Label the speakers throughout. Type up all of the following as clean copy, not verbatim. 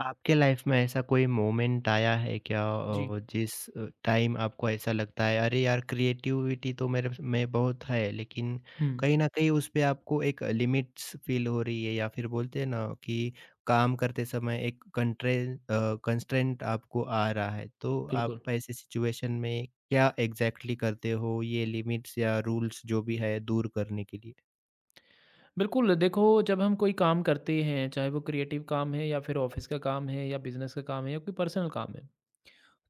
Speaker 1: आपके लाइफ में ऐसा कोई मोमेंट आया है क्या
Speaker 2: जी।
Speaker 1: जिस टाइम आपको ऐसा लगता है अरे यार, क्रिएटिविटी तो मेरे में बहुत है, लेकिन
Speaker 2: हुँ,
Speaker 1: कहीं ना कहीं उस पे आपको एक लिमिट्स फील हो रही है या फिर बोलते हैं ना कि काम करते समय एक कंट्रेन कंस्ट्रेंट आपको आ रहा है? तो आप
Speaker 2: बिल्कुल।
Speaker 1: ऐसे सिचुएशन में क्या एग्जैक्टली करते हो ये लिमिट्स या रूल्स जो भी है दूर करने के लिए?
Speaker 2: बिल्कुल, देखो जब हम कोई काम करते हैं, चाहे वो क्रिएटिव काम है या फिर ऑफ़िस का काम है या बिज़नेस का काम है या कोई पर्सनल काम है।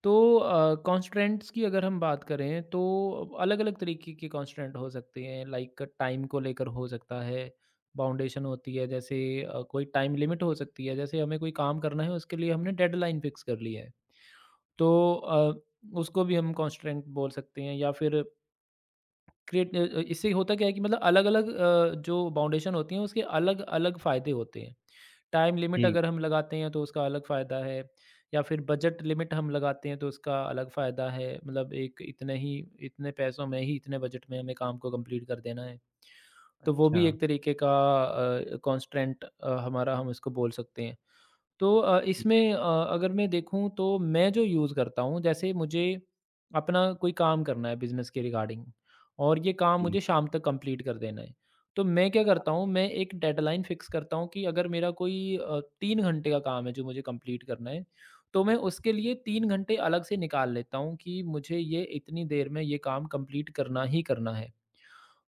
Speaker 2: तो कॉन्स्ट्रेंट्स की अगर हम बात करें तो अलग-अलग तरीके के कॉन्स्ट्रेंट हो सकते हैं, लाइक टाइम को लेकर हो सकता है, बाउंडेशन होती है, जैसे कोई टाइम लिमिट हो सकती है, जैसे हमें कोई काम करना है उसके लिए हमने डेडलाइन फ़िक्स कर ली है। तो अ, उसको भी हम कॉन्स्ट्रेंट बोल सकते हैं, या फिर इससे होता क्या है कि मतलब अलग-अलग जो बाउंडेशन होती हैं उसके अलग-अलग फ़ायदे होते हैं। टाइम लिमिट
Speaker 1: जी।
Speaker 2: अगर हम लगाते हैं तो उसका अलग फ़ायदा है, या फिर बजट लिमिट हम लगाते हैं तो उसका अलग फ़ायदा है। मतलब एक इतने ही इतने पैसों में ही, इतने बजट में हमें काम को कंप्लीट कर देना है। तो वो
Speaker 1: अच्छा।
Speaker 2: भी एक तरीके का कॉन्स्ट्रेंट अ, हमारा हम उसको बोल सकते हैं। तो
Speaker 1: जी।
Speaker 2: अगर मैं देखूँ तो मैं जो यूज़ करता हूँ, जैसे मुझे अपना कोई काम करना है बिज़नेस के रिगार्डिंग और ये काम
Speaker 1: जी।
Speaker 2: मुझे शाम तक कंप्लीट कर देना है। तो मैं क्या करता हूँ, मैं एक डेडलाइन फ़िक्स करता हूँ कि अगर मेरा कोई 3 घंटे का काम है जो मुझे कंप्लीट करना है, तो मैं उसके लिए 3 घंटे अलग से निकाल लेता हूँ कि मुझे ये इतनी देर में ये काम कंप्लीट करना ही करना है।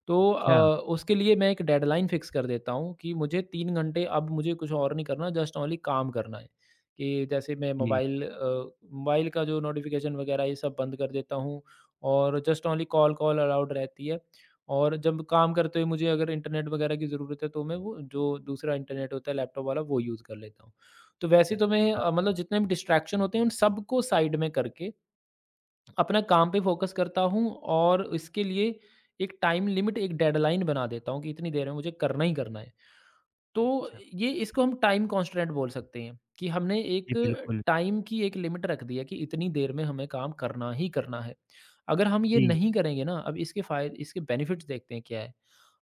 Speaker 2: तो
Speaker 1: अच्छा।
Speaker 2: उसके लिए मैं एक डेडलाइन फिक्स कर देता हूँ कि मुझे 3 घंटे अब मुझे कुछ और नहीं करना, जस्ट ओनली काम करना है। कि जैसे
Speaker 1: जी।
Speaker 2: मोबाइल का जो नोटिफ़िकेशन वगैरह ये सब बंद कर देता हूँ और just only call call allowed रहती है। और जब काम करते हुए मुझे अगर इंटरनेट वगैरह की ज़रूरत है तो मैं वो जो दूसरा इंटरनेट होता है लैपटॉप वाला वो यूज़ कर लेता हूँ। तो वैसे तो
Speaker 1: अच्छा।
Speaker 2: मतलब जितने भी डिस्ट्रैक्शन होते हैं उन सबको साइड में करके अपना काम पे फ़ोकस करता हूँ और इसके लिए एक टाइम लिमिट, एक डेडलाइन बना देता हूँ कि इतनी देर में मुझे करना ही करना है। तो
Speaker 1: अच्छा।
Speaker 2: ये इसको हम टाइम कॉन्स्टेंट बोल सकते हैं कि हमने एक
Speaker 1: जी, बिल्कुल।
Speaker 2: टाइम की एक लिमिट रख दी है कि इतनी देर में हमें काम करना ही करना है। अगर हम ये
Speaker 1: जी।
Speaker 2: नहीं करेंगे ना, अब इसके फ़ायदे इसके बेनिफिट्स देखते हैं क्या है।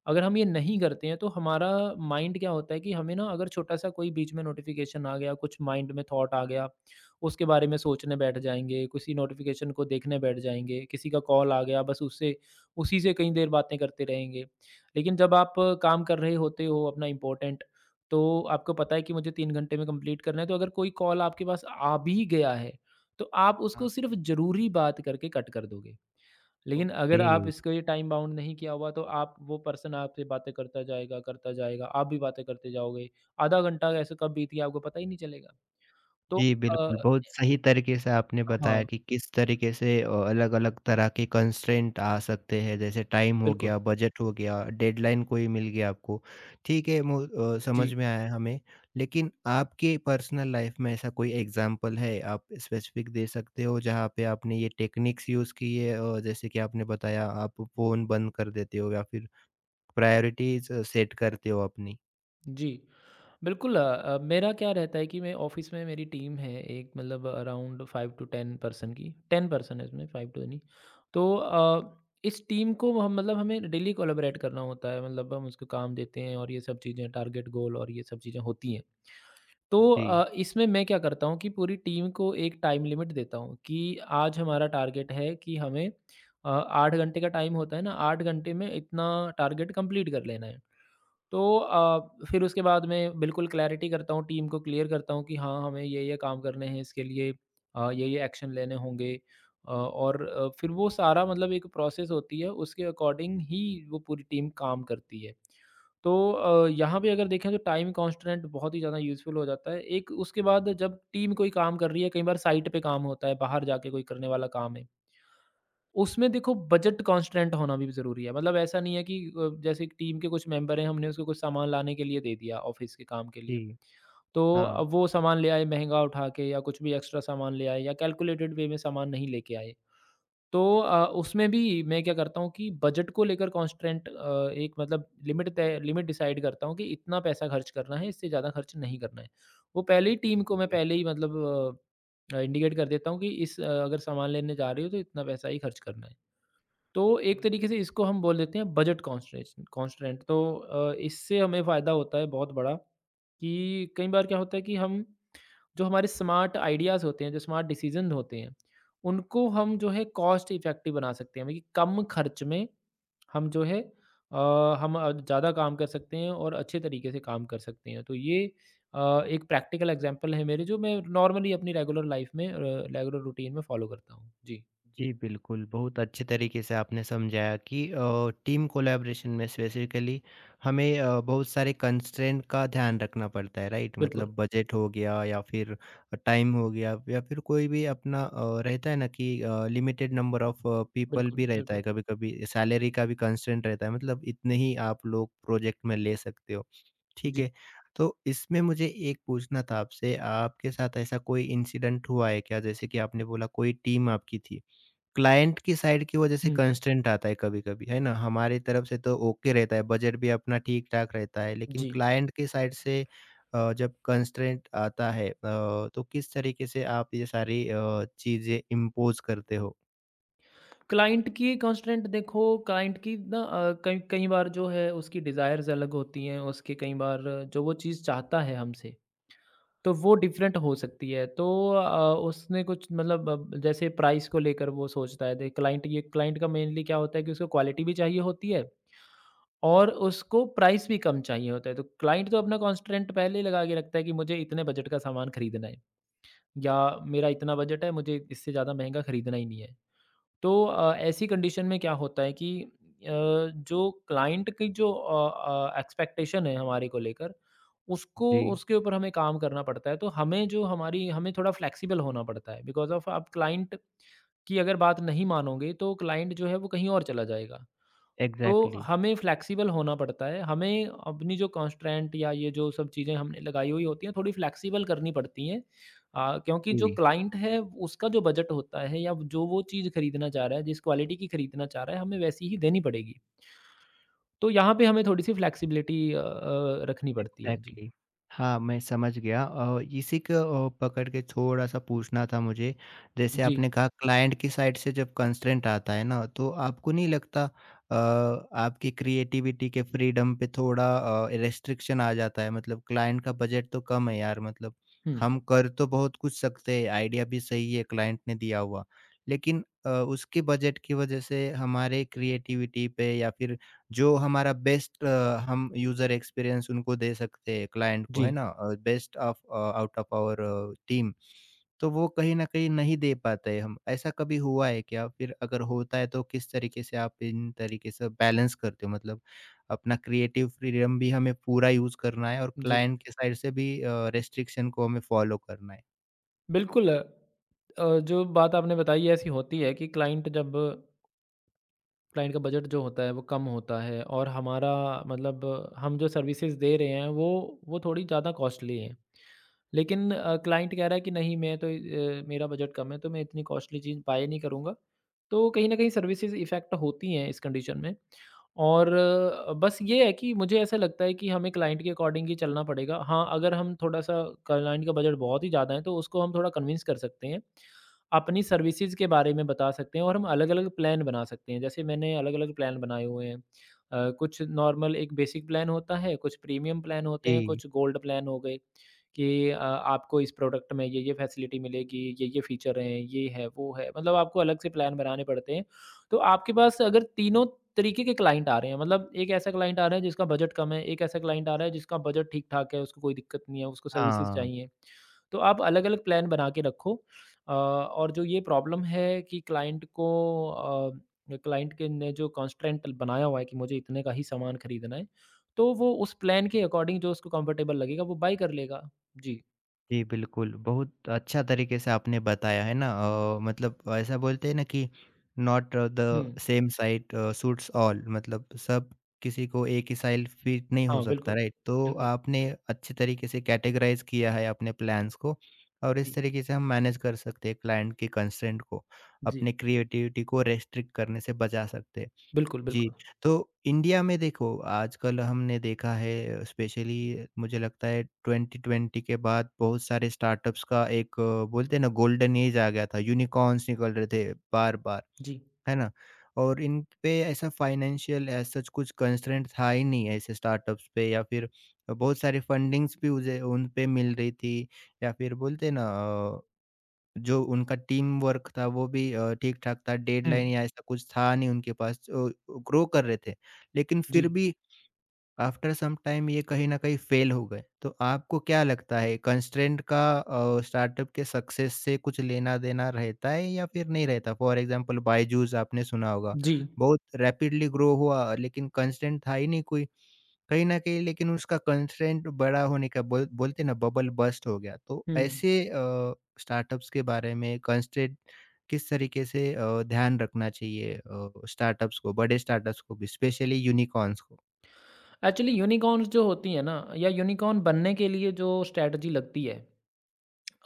Speaker 2: अगर हम ये नहीं करते हैं तो हमारा माइंड क्या होता है कि हमें ना अगर छोटा-सा कोई बीच में नोटिफ़िकेशन आ गया, कुछ माइंड में थॉट आ गया, उसके बारे में सोचने बैठ जाएँगे, किसी नोटिफ़िकेशन को देखने बैठ जाएँगे, किसी का कॉल आ गया, बस उससे उसी से कई देर बातें करते रहेंगे। लेकिन जब आप काम कर रहे होते हो अपना इम्पोर्टेंट, तो आपको पता है कि मुझे 3 घंटे में कंप्लीट करना है, तो अगर कोई कॉल आपके पास आ भी गया है, तो आप उसको
Speaker 1: हाँ।
Speaker 2: सिर्फ़ ज़रूरी बात करके कट कर दोगे। लेकिन अगर
Speaker 1: ओके।
Speaker 2: आप इसको ये टाइम बाउंड नहीं किया हुआ, तो आप वो पर्सन आपसे बातें करता जाएगा, आप भी बातें करते जाओगे। आधा घंटा ऐसे कब बीत गया आपको पता ही नहीं चलेगा। तो
Speaker 1: जी,
Speaker 2: अ,
Speaker 1: बिल्कुल, बहुत सही तरीके से आपने
Speaker 2: हाँ,
Speaker 1: बताया कि किस तरीके से अलग-अलग तरह के कंस्ट्रेंट आ सकते हैं, जैसे टाइम हो
Speaker 2: बिल्कुल।
Speaker 1: गया, बजट हो गया, डेडलाइन कोई मिल गया आपको। ठीक है,
Speaker 2: जी,
Speaker 1: समझ में आया हमें, लेकिन आपके पर्सनल लाइफ में ऐसा कोई एग्ज़ाम्पल है, आप स्पेसिफ़िक दे सकते हो, जहाँ पे आपने ये टेक्निक्स यूज़ की है? जैसे कि आपने बताया, आप फ़ोन बंद कर देते हो या फिर प्रायोरिटीज़ सेट करते हो अपनी?
Speaker 2: जी। बिल्कुल मेरा क्या रहता है कि मैं ऑफिस में मेरी टीम है एक, मतलब around five to ten person की, टेन पर्सन है, इसमें फाइव टू नहीं। तो इस टीम को हम मतलब हमें डेली कोलैबोरेट करना होता है, मतलब हम उसको काम देते हैं और ये सब चीज़ें, टारगेट, गोल और ये सब चीज़ें होती हैं। तो
Speaker 1: जी।
Speaker 2: इसमें मैं क्या करता हूँ कि पूरी टीम को एक टाइम लिमिट देता हूँ कि आज हमारा टारगेट है कि हमें 8 घंटे का टाइम होता है ना, 8 घंटे में इतना टारगेट कंप्लीट कर लेना है। तो फिर उसके बाद मैं बिल्कुल क्लैरिटी करता हूँ, टीम को क्लियर करता हूँ कि हाँ, हमें ये-ये काम करने हैं, इसके लिए ये-ये एक्शन लेने होंगे। और फिर वो सारा मतलब एक प्रोसेस होती है, उसके अकॉर्डिंग ही वो पूरी टीम काम करती है। तो यहाँ पे अगर देखें तो टाइम कॉन्स्टेंट बहुत ही ज़्यादा यूज़फुल हो जाता है। एक उसके बाद जब टीम कोई काम कर रही है, कई बार साइट पे काम होता है, बाहर जाके कोई करने वाला काम है। उसमें देखो बजट कॉन्स्टेंट होना भी ज़रूरी है। मतलब ऐसा नहीं है कि जैसे एक टीम के कुछ मेंबर हैं, हमने उसको कुछ सामान लाने के लिए दे दिया ऑफ़िस के काम के लिए।
Speaker 1: जी।
Speaker 2: तो
Speaker 1: हाँ।
Speaker 2: वो सामान ले आए महँगा उठा के, या कुछ भी एक्स्ट्रा सामान ले आए, या कैलकुलेटेड वे में सामान नहीं लेके आए। तो उसमें भी मैं क्या करता हूँ कि बजट को लेकर कॉन्स्टेंट एक मतलब लिमिट डिसाइड करता हूँ कि इतना पैसा खर्च करना है, इससे ज़्यादा खर्च नहीं करना है। वो पहले ही टीम को मैं पहले ही मतलब इंडिकेट कर देता हूँ कि अगर सामान लेने जा रहे हो तो इतना पैसा ही खर्च करना है। तो एक
Speaker 1: हुँ।
Speaker 2: तरीके से इसको हम बोल देते हैं बजट कॉन्स्ट्रेशन कॉन्स्ट्रेंट। तो इससे हमें फ़ायदा होता है बहुत बड़ा कि कई बार क्या होता है कि हम जो हमारे स्मार्ट आइडियाज़ होते हैं, जो स्मार्ट डिसीज़न होते हैं, उनको हम जो है कॉस्ट इफ़ेक्टिव बना सकते हैं। मतलब कि कम खर्च में हम जो है अ, हम अ, ज़्यादा काम कर सकते हैं और अच्छे तरीके से काम कर सकते हैं। तो ये एक प्रैक्टिकल एग्ज़ाम्पल है मेरे, जो मैं नॉर्मली अपनी रेगुलर लाइफ़ में रेगुलर रूटीन में फ़ॉलो करता हूँ। जी,
Speaker 1: जी, बिल्कुल, बहुत अच्छे तरीके से आपने समझाया कि टीम कोलैबोरेशन में स्पेसिफ़िकली हमें बहुत सारे कंस्ट्रेंट का ध्यान रखना पड़ता है, राइट?
Speaker 2: बिल्कुल,
Speaker 1: मतलब बजट हो गया या फिर टाइम हो गया या फिर कोई भी अपना रहता है ना कि लिमिटेड नंबर ऑफ पीपल
Speaker 2: बिल्कुल,
Speaker 1: भी रहता
Speaker 2: बिल्कुल।
Speaker 1: है, कभी-कभी सैलरी का भी कंस्ट्रेंट रहता है, मतलब इतने ही आप लोग प्रोजेक्ट में ले सकते हो। ठीक
Speaker 2: जी।
Speaker 1: है। तो इसमें मुझे एक पूछना था आपसे, आपके साथ ऐसा कोई इंसिडेंट हुआ है क्या? जैसे कि आपने बोला कोई टीम आपकी थी, क्लाइंट की साइड की वजह से
Speaker 2: हुँ।
Speaker 1: कंस्ट्रेंट आता है कभी-कभी, है ना? हमारी तरफ से तो ओके रहता है, बजट भी अपना ठीक-ठाक रहता है, लेकिन
Speaker 2: जी।
Speaker 1: क्लाइंट की साइड से जब कंस्ट्रेंट आता है तो किस तरीके से आप ये सारी चीज़ें इम्पोज़ करते हो?
Speaker 2: क्लाइंट की कंस्ट्रेंट देखो, क्लाइंट की ना अ, कई कई बार जो है उसकी डिज़ायर्स अलग होती हैं, उसके कई बार जो वो चीज़ चाहता है हमसे, तो वो डिफरेंट हो सकती है। तो उसने कुछ मतलब, अब जैसे प्राइस को लेकर वो सोचता है, दे क्लाइंट ये क्लाइंट का मेनली क्या होता है कि उसको क्वालिटी भी चाहिए होती है और उसको प्राइस भी कम चाहिए होता है। तो क्लाइंट तो अपना कंस्ट्रेंट पहले ही लगा के रखता है कि मुझे इतने बजट का सामान खरीदना है, या मेरा इतना बजट है, मुझे इससे ज़्यादा महँगा खरीदना ही नहीं है। तो ऐसी कंडीशन में क्या होता है कि जो क्लाइंट की जो एक्सपेक्टेशन है हमारे को लेकर,
Speaker 1: जी।
Speaker 2: उसको
Speaker 1: जी,
Speaker 2: उसके ऊपर हमें काम करना पड़ता है। तो हमें जो हमारी हमें थोड़ा फ्लेक्सिबल होना पड़ता है, बिकॉज़ ऑफ़ आप क्लाइंट की अगर बात नहीं मानोगे तो क्लाइंट जो है वो कहीं और चला जाएगा। तो
Speaker 1: एग्ज़ैक्टली।
Speaker 2: हमें फ्लेक्सिबल होना पड़ता है। हमें अपनी जो कॉन्स्ट्रेंट या ये जो सब चीज़ें हमने लगाई हुई होती हैं, थोड़ी फ्लेक्सिबल करनी पड़ती हैं। क्योंकि जो
Speaker 1: जी।
Speaker 2: क्लाइंट है, उसका जो बजट होता है या जो वो चीज़ खरीदना चाह रहा है, जिस क्वालिटी की खरीदना चाह रहा है, हमें वैसी ही देनी पड़ेगी। तो यहाँ पे हमें थोड़ी-सी फ्लेक्सिबिलिटी रखनी पड़ती है। जी।
Speaker 1: एग्ज़ैक्टली। हाँ, मैं समझ गया, इसी को पकड़ के थोड़ा-सा पूछना था मुझे। जैसे
Speaker 2: जी।
Speaker 1: आपने कहा क्लाइंट की साइड से जब कंस्ट्रेंट आता है ना, तो आपको नहीं लगता आपकी क्रिएटिविटी के फ्रीडम पे थोड़ा रिस्ट्रिक्शन आ जाता है? मतलब क्लाइंट का बजट तो कम है यार, मतलब
Speaker 2: हुँ।
Speaker 1: हम कर तो बहुत कुछ सकते हैं, आइडिया भी सही है क्लाइंट ने दिया हुआ। लेकिन उसके बजट की वज़ह से हमारे क्रिएटिविटी पे या फिर जो हमारा बेस्ट हम यूज़र एक्सपीरियंस उनको दे सकते हैं क्लाइंट को, है
Speaker 2: जी,
Speaker 1: ना? Best of out of our team. तो वो कहीं न कहीं नहीं दे पाते हैं हम। ऐसा कभी हुआ है क्या? फिर अगर होता है तो किस तरीके से आप इन तरीके से बैलेंस करते हो? मतलब अपना क्रिएटिव फ्रीडम भी हमें पूरा यूज़ करना है और
Speaker 2: जी।
Speaker 1: क्लाइंट के साइड से भी रिस्ट्रिक्शन को हमें फ़ॉलो करना है।
Speaker 2: बिल्कुल जो बात आपने बताई ऐसी होती है कि क्लाइंट का बजट जो होता है वो कम होता है और हमारा मतलब हम जो सर्विसेज दे रहे हैं वो थोड़ी ज़्यादा कॉस्टली है, लेकिन क्लाइंट कह रहा है कि नहीं मैं तो मेरा बजट कम है तो मैं इतनी कॉस्टली चीज़ बाय नहीं करूँगा, तो कहीं ना कहीं सर्विसेज इफ़ेक्ट होती हैं इस कंडीशन में। और बस ये है कि मुझे ऐसा लगता है कि हमें क्लाइंट के अकॉर्डिंग ही चलना पड़ेगा। हाँ, अगर हम थोड़ा सा, क्लाइंट का बजट बहुत ही ज़्यादा है तो उसको हम थोड़ा कन्विंस कर सकते हैं, अपनी सर्विसेज़ के बारे में बता सकते हैं और हम अलग-अलग प्लान बना सकते हैं। जैसे मैंने अलग-अलग प्लान बनाए हुए हैं। कुछ नॉर्मल एक बेसिक प्लान होता है, कुछ प्रीमियम प्लान होते हैं,
Speaker 1: जी।
Speaker 2: कुछ गोल्ड प्लान हो गए कि आपको इस प्रोडक्ट में ये-ये फैसिलिटी मिलेगी, ये-ये फीचर हैं, ये है, वो है। मतलब आपको अलग से प्लान बनाने पड़ते हैं। तो आपके पास अगर तीनों तरीके के क्लाइंट आ रहे हैं, मतलब एक ऐसा क्लाइंट आ रहा है जिसका बजट कम है, एक ऐसा क्लाइंट आ रहा है जिसका बजट ठीक-ठाक है, उसको कोई दिक्कत नहीं है, उसको सर्विसेज़
Speaker 1: हाँ।
Speaker 2: चाहिए। तो आप अलग-अलग प्लान बना के रखो। और जो ये प्रॉब्लम है कि क्लाइंट के ने जो कॉन्स्ट्रेंट बनाया हुआ है कि मुझे इतने का ही सामान खरीदना है, तो वो उस प्लान के अकॉर्डिंग जो उसको कंफर्टेबल लगेगा वो बाय कर लेगा। जी।
Speaker 1: जी, बिल्कुल। बहुत अच्छा तरीके से आपने बताया, है ना? मतलब ऐसा बोलते हैं ना कि not
Speaker 2: hmm.
Speaker 1: The same site suits all, मतलब सब किसी को एक ही साइज फिट नहीं हो
Speaker 2: हाँ,
Speaker 1: सकता,
Speaker 2: बिल्कुल।
Speaker 1: राइट? तो
Speaker 2: बिल्कुल।
Speaker 1: आपने अच्छे तरीके से कैटेगराइज़ किया है अपने प्लान्स को और इस
Speaker 2: जी,
Speaker 1: तरीके से हम मैनेज कर सकते हैं क्लाइंट की कंस्ट्रेंट को,
Speaker 2: जी।
Speaker 1: अपने क्रिएटिविटी को रेस्ट्रिक्ट करने से बचा सकते हैं।
Speaker 2: बिल्कुल,
Speaker 1: जी,
Speaker 2: बिल्कुल।
Speaker 1: तो इंडिया में देखो, आजकल हमने देखा है स्पेशली, मुझे लगता है 2020 के बाद बहुत सारे स्टार्टअप्स का एक बोलते हैं ना गोल्डन एज आ गया था, यूनिकॉर्न्स निकल रहे थे बार-बार,
Speaker 2: जी।
Speaker 1: है ना? और इन पे ऐसा फाइनेंशियल एज़ सच कुछ कंस्ट्रेंट था ही नहीं ऐसे स्टार्टअप्स पे, या फिर बहुत सारी फंडिंग्स भी उजे उन पे मिल रही थी, या फिर बोलते हैं ना जो उनका टीम वर्क था वो भी ठीक-ठाक था,
Speaker 2: हुँ।
Speaker 1: डेडलाइन या ऐसा कुछ था नहीं उनके पास, ग्रो कर रहे थे। लेकिन फिर
Speaker 2: जी,
Speaker 1: भी आफ्टर सम टाइम ये कहीं न कहीं फेल हो गए। तो आपको क्या लगता है कंस्ट्रेंट का स्टार्टअप के सक्सेस से कुछ लेना-देना रहता है या फिर नहीं रहता? फॉर एग्ज़ाम्पल बायजूस आपने सुना होगा,
Speaker 2: जी।
Speaker 1: बहुत रैपिडली ग्रो हुआ लेकिन कंस्ट्रेंट था ही नहीं कोई। कहीं न कहीं लेकिन उसका कंस्ट्रेंट बड़ा होने का बोलते हैं ना बबल बस्ट हो गया। तो
Speaker 2: हुँ।
Speaker 1: ऐसे स्टार्टअप्स के बारे में कंस्ट्रेंट किस तरीके से ध्यान रखना चाहिए स्टार्टअप्स को, बड़े स्टार्टअप्स को भी, स्पेशली यूनिकॉर्न्स को?
Speaker 2: एक्चुअली यूनिकॉर्न्स जो होती है ना, या यूनिकॉर्न बनने के लिए जो स्ट्रैटेजी लगती है,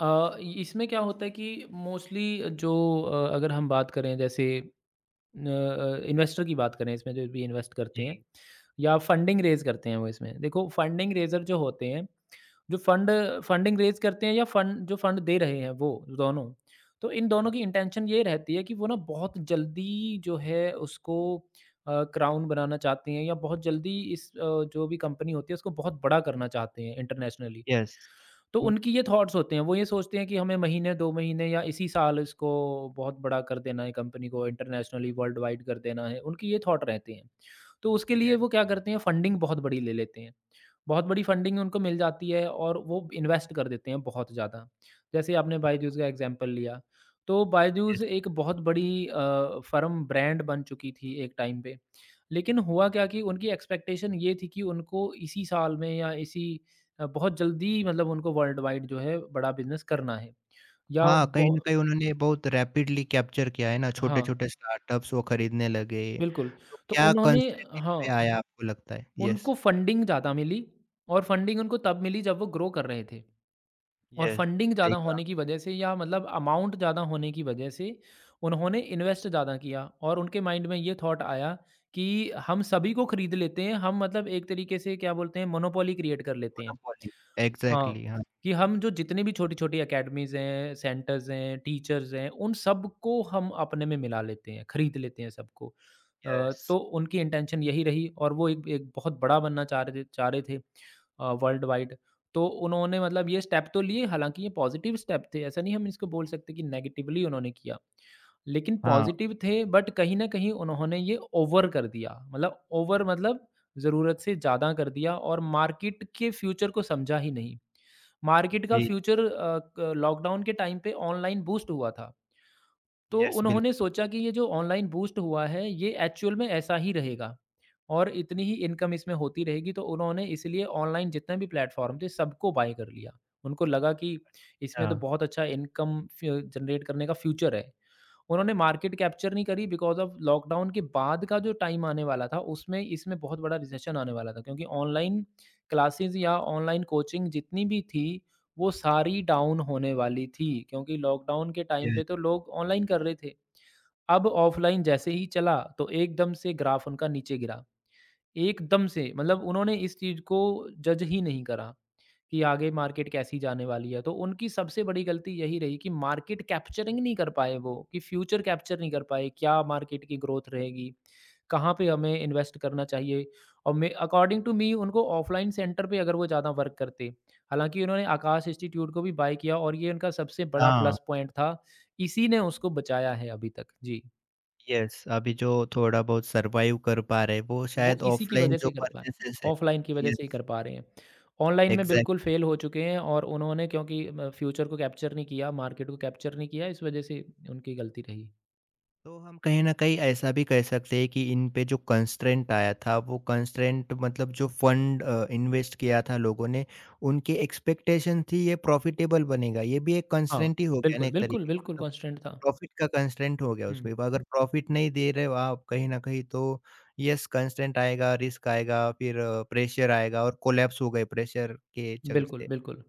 Speaker 2: इसमें क्या होता है कि मोस्टली जो अगर हम बात करें जैसे न अ, इन्वेस्टर की बात करें, इसमें जो भी इन्वेस्ट करते हैं
Speaker 1: जी।
Speaker 2: या फंडिंग रेज़ करते हैं वो इसमें। देखो, फंडिंग रेज़र जो होते हैं, जो फंड फंडिंग रेज़ करते हैं या फंड जो फंड दे रहे हैं, वो दोनों, तो इन दोनों
Speaker 1: हाँ,
Speaker 2: की इंटेंशन ये रहती है कि वो ना बहुत जल्दी जो है उसको क्राउन बनाना चाहते हैं, या बहुत जल्दी जो भी कंपनी होती है उसको बहुत बड़ा करना चाहते हैं इंटरनेशनली।
Speaker 1: यस।
Speaker 2: तो
Speaker 1: हुँ,
Speaker 2: उनकी ये थॉट्स होते हैं, वो ये सोचते हैं कि हमें महीने, 2 महीने या इसी साल इसको बहुत बड़ा कर देना है, कंपनी को इंटरनेशनली वर्ल्ड वाइड कर देना है। उनकी ये थॉट रहते हैं। तो उसके लिए
Speaker 1: यस।
Speaker 2: वो क्या करते हैं, फंडिंग बहुत बड़ी ले लेते हैं। बहुत बड़ी फंडिंग उनको मिल जाती है और वो इन्वेस्ट कर देते हैं बहुत ज़्यादा। जैसे आपने बायजूस
Speaker 1: हाँ,
Speaker 2: का एग्ज़ाम्पल लिया, तो बायजूस
Speaker 1: यस।
Speaker 2: एक बहुत बड़ी फ़र्म ब्रांड बन चुकी थी एक टाइम पे। लेकिन हुआ क्या कि उनकी एक्सपेक्टेशन ये थी कि उनको इसी साल में या बहुत जल्दी, मतलब उनको वर्ल्ड वाइड जो है बड़ा बिज़नेस करना है। या
Speaker 1: हाँ,
Speaker 2: ब
Speaker 1: कहीं न कहीं उन्होंने बहुत रैपिडली कैप्चर किया है ना,
Speaker 2: हाँ,
Speaker 1: छोटे-छोटे स्टार्टअप्स वो खरीदने लगे।
Speaker 2: बिल्कुल।
Speaker 1: तो
Speaker 2: तो
Speaker 1: क्या
Speaker 2: उन्होंने
Speaker 1: कंस्ट्रेंट इन पे
Speaker 2: हाँ,
Speaker 1: आया आपको लगता है?
Speaker 2: उनको
Speaker 1: यस।
Speaker 2: फंडिंग ज़्यादा मिली और फंडिंग उनको तब मिली जब वो ग्रो कर रहे थे। और
Speaker 1: यस।
Speaker 2: फंडिंग
Speaker 1: सही
Speaker 2: ज़्यादा
Speaker 1: कहा।
Speaker 2: होने की वजह से, या मतलब अमाउंट ज़्यादा होने की वजह से, उन्होंने इन्वेस्ट ज़्यादा किया और उनके माइंड में ये थॉट आया कि हम सभी को खरीद लेते हैं, हम, मतलब एक तरीके से क्या बोलते हैं, मोनोपोली क्रिएट कर लेते हैं।
Speaker 1: मोनोपोली।
Speaker 2: हाँ,
Speaker 1: एग्ज़ैक्टली, हाँ।
Speaker 2: कि हम जो जितनी भी छोटी-छोटी अकेडमीज़ हैं, सेंटर्स हैं, टीचर्स हैं, उन सबको हम अपने में मिला लेते हैं, खरीद लेते हैं सबको।
Speaker 1: यस।
Speaker 2: तो उनकी इंटेंशन यही रही और वो एक एक बहुत बड़ा बनना चाह रहे थे, वर्ल्ड वाइड। तो उन्होंने, मतलब, ये स्टेप तो लिए। हालाँकि ये पॉज़िटिव स्टेप थे, ऐसा नहीं हम इसको बोल सकते कि नेगेटिवली उन्होंने किया। लेकिन
Speaker 1: हाँ,
Speaker 2: पॉज़िटिव थे, बट कहीं न कहीं उन्होंने ये ओवर कर दिया, मतलब ओवर मतलब ज़रूरत से ज़्यादा कर दिया, और मार्केट के फ्यूचर को समझा ही नहीं। मार्केट का
Speaker 1: जी।
Speaker 2: फ्यूचर, अ, क लॉकडाउन के टाइम पे ऑनलाइन बूस्ट हुआ था। तो
Speaker 1: यस,
Speaker 2: उन्होंने
Speaker 1: बिल्कुल।
Speaker 2: सोचा कि ये जो ऑनलाइन बूस्ट हुआ है, ये एक्चुअल में ऐसा ही रहेगा और इतनी ही इनकम इसमें होती रहेगी। तो उन्होंने इसलिए ऑनलाइन जितने भी प्लेटफ़ॉर्म थे, सबको बाय कर लिया। उनको लगा कि इसमें तो
Speaker 1: हाँ,
Speaker 2: बहुत अच्छा इनकम फ्य जनरेट करने का फ्यूचर है। उन्होंने मार्केट कैप्चर नहीं करी, बिकॉज़ ऑफ लॉकडाउन के बाद का जो टाइम आने वाला था, उसमें इसमें बहुत बड़ा रिसेशन आने वाला था। क्योंकि ऑनलाइन क्लासेज़ या ऑनलाइन कोचिंग जितनी भी थी, वो सारी डाउन होने वाली थी, क्योंकि लॉकडाउन के टाइम
Speaker 1: यस,
Speaker 2: पे तो लोग ऑनलाइन कर रहे थे। अब ऑफ़लाइन जैसे ही चला, तो एकदम से ग्राफ़ उनका नीचे गिरा। एकदम से, मतलब उन्होंने इस चीज़ को जज ही नहीं करा, कि आगे मार्केट कैसी जाने वाली है। तो उनकी सबसे बड़ी गलती यही रही कि मार्केट कैप्चरिंग नहीं कर पाए वो, कि फ्यूचर कैप्चर नहीं कर पाए, क्या मार्केट की ग्रोथ रहेगी, कहाँ पे हमें इन्वेस्ट करना चाहिए। और मैं, अकॉर्डिंग टू मी, उनको ऑफलाइन सेंटर पे अगर वो ज़्यादा वर्क करते। हालाँकि उन्होंने आकाश इंस्टीट्यूट को भी बाय किया और ये उनका सबसे बड़ा
Speaker 1: हाँ,
Speaker 2: प्लस पॉइंट था। इसी ने उसको बचाया है अभी तक। जी।
Speaker 1: यस। अभी जो थोड़ा बहुत सर्वाइव कर पा रहे हैं, वो
Speaker 2: वो
Speaker 1: शायद
Speaker 2: इसी की
Speaker 1: ऑफ़लाइन
Speaker 2: वजह से
Speaker 1: जो
Speaker 2: ही कर पा रहे हैं,
Speaker 1: परचेसेज़ है।
Speaker 2: ऑफ़लाइन की वजह से ही
Speaker 1: यस,
Speaker 2: कर पा रहे हैं। ऑनलाइन में
Speaker 1: एग्ज़ैक्ट।
Speaker 2: बिल्कुल फेल हो चुके हैं, और उन्होंने, क्योंकि म फ्यूचर को कैप्चर नहीं किया, मार्केट को कैप्चर नहीं किया, इस वजह से उनकी गलती रही।
Speaker 1: तो हम कहीं न कहीं ऐसा भी कह सकते हैं कि इन पे जो कंस्ट्रेंट आया था, वो कंस्ट्रेंट मतलब जो फंड इन्वेस्ट किया था लोगों ने, उनकी एक्सपेक्टेशन थी ये प्रॉफ़िटेबल बनेगा। ये भी एक
Speaker 2: हाँ,
Speaker 1: कंस्ट्रेंट ही हो गया ना
Speaker 2: बिल्कुल,
Speaker 1: एक
Speaker 2: बिल्कुल,
Speaker 1: तरीके का,
Speaker 2: बिल्कुल
Speaker 1: मतलब
Speaker 2: कांस्टेंट था।
Speaker 1: प्रॉफ़िट का कंस्ट्रेंट हो गया उसमें,
Speaker 2: हुँ,
Speaker 1: अगर प्रॉफ़िट नहीं दे रहे हो आप कहीं न कहीं तो येस कंस्ट्रेंट आएगा, रिस्क आएगा, फिर प्रेशर आएगा और कोलैप्स हो गए प्रेशर के
Speaker 2: बिल्कुल,
Speaker 1: चलते।
Speaker 2: बिल्कुल,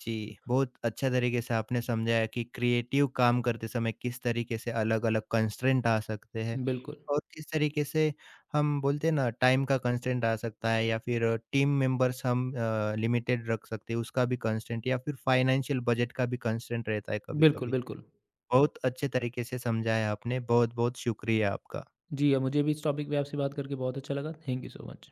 Speaker 1: जी, बहुत अच्छा तरीके से आपने समझाया कि क्रिएटिव काम करते समय किस तरीके से अलग-अलग कंस्ट्रेंट आ सकते हैं
Speaker 2: बिल्कुल,
Speaker 1: और किस तरीके से हम बोलते हैं ना टाइम का कंस्ट्रेंट आ सकता है या फिर टीम मेंबर्स हम लिमिटेड रख सकते हैं उसका भी कंस्ट्रेंट या फिर फाइनेंशियल बजट का भी कंस्ट्रेंट रहता है
Speaker 2: बिल्कुल,
Speaker 1: कभी-कभी।
Speaker 2: बिल्कुल।
Speaker 1: बहुत अच्छे तरीके से समझाया आपने, बहुत-बहुत शुक्रिया आपका।
Speaker 2: जी, मुझे भी इस टॉपिक पे आपसे बात करके बहुत अच्छा लगा। Thank you so much.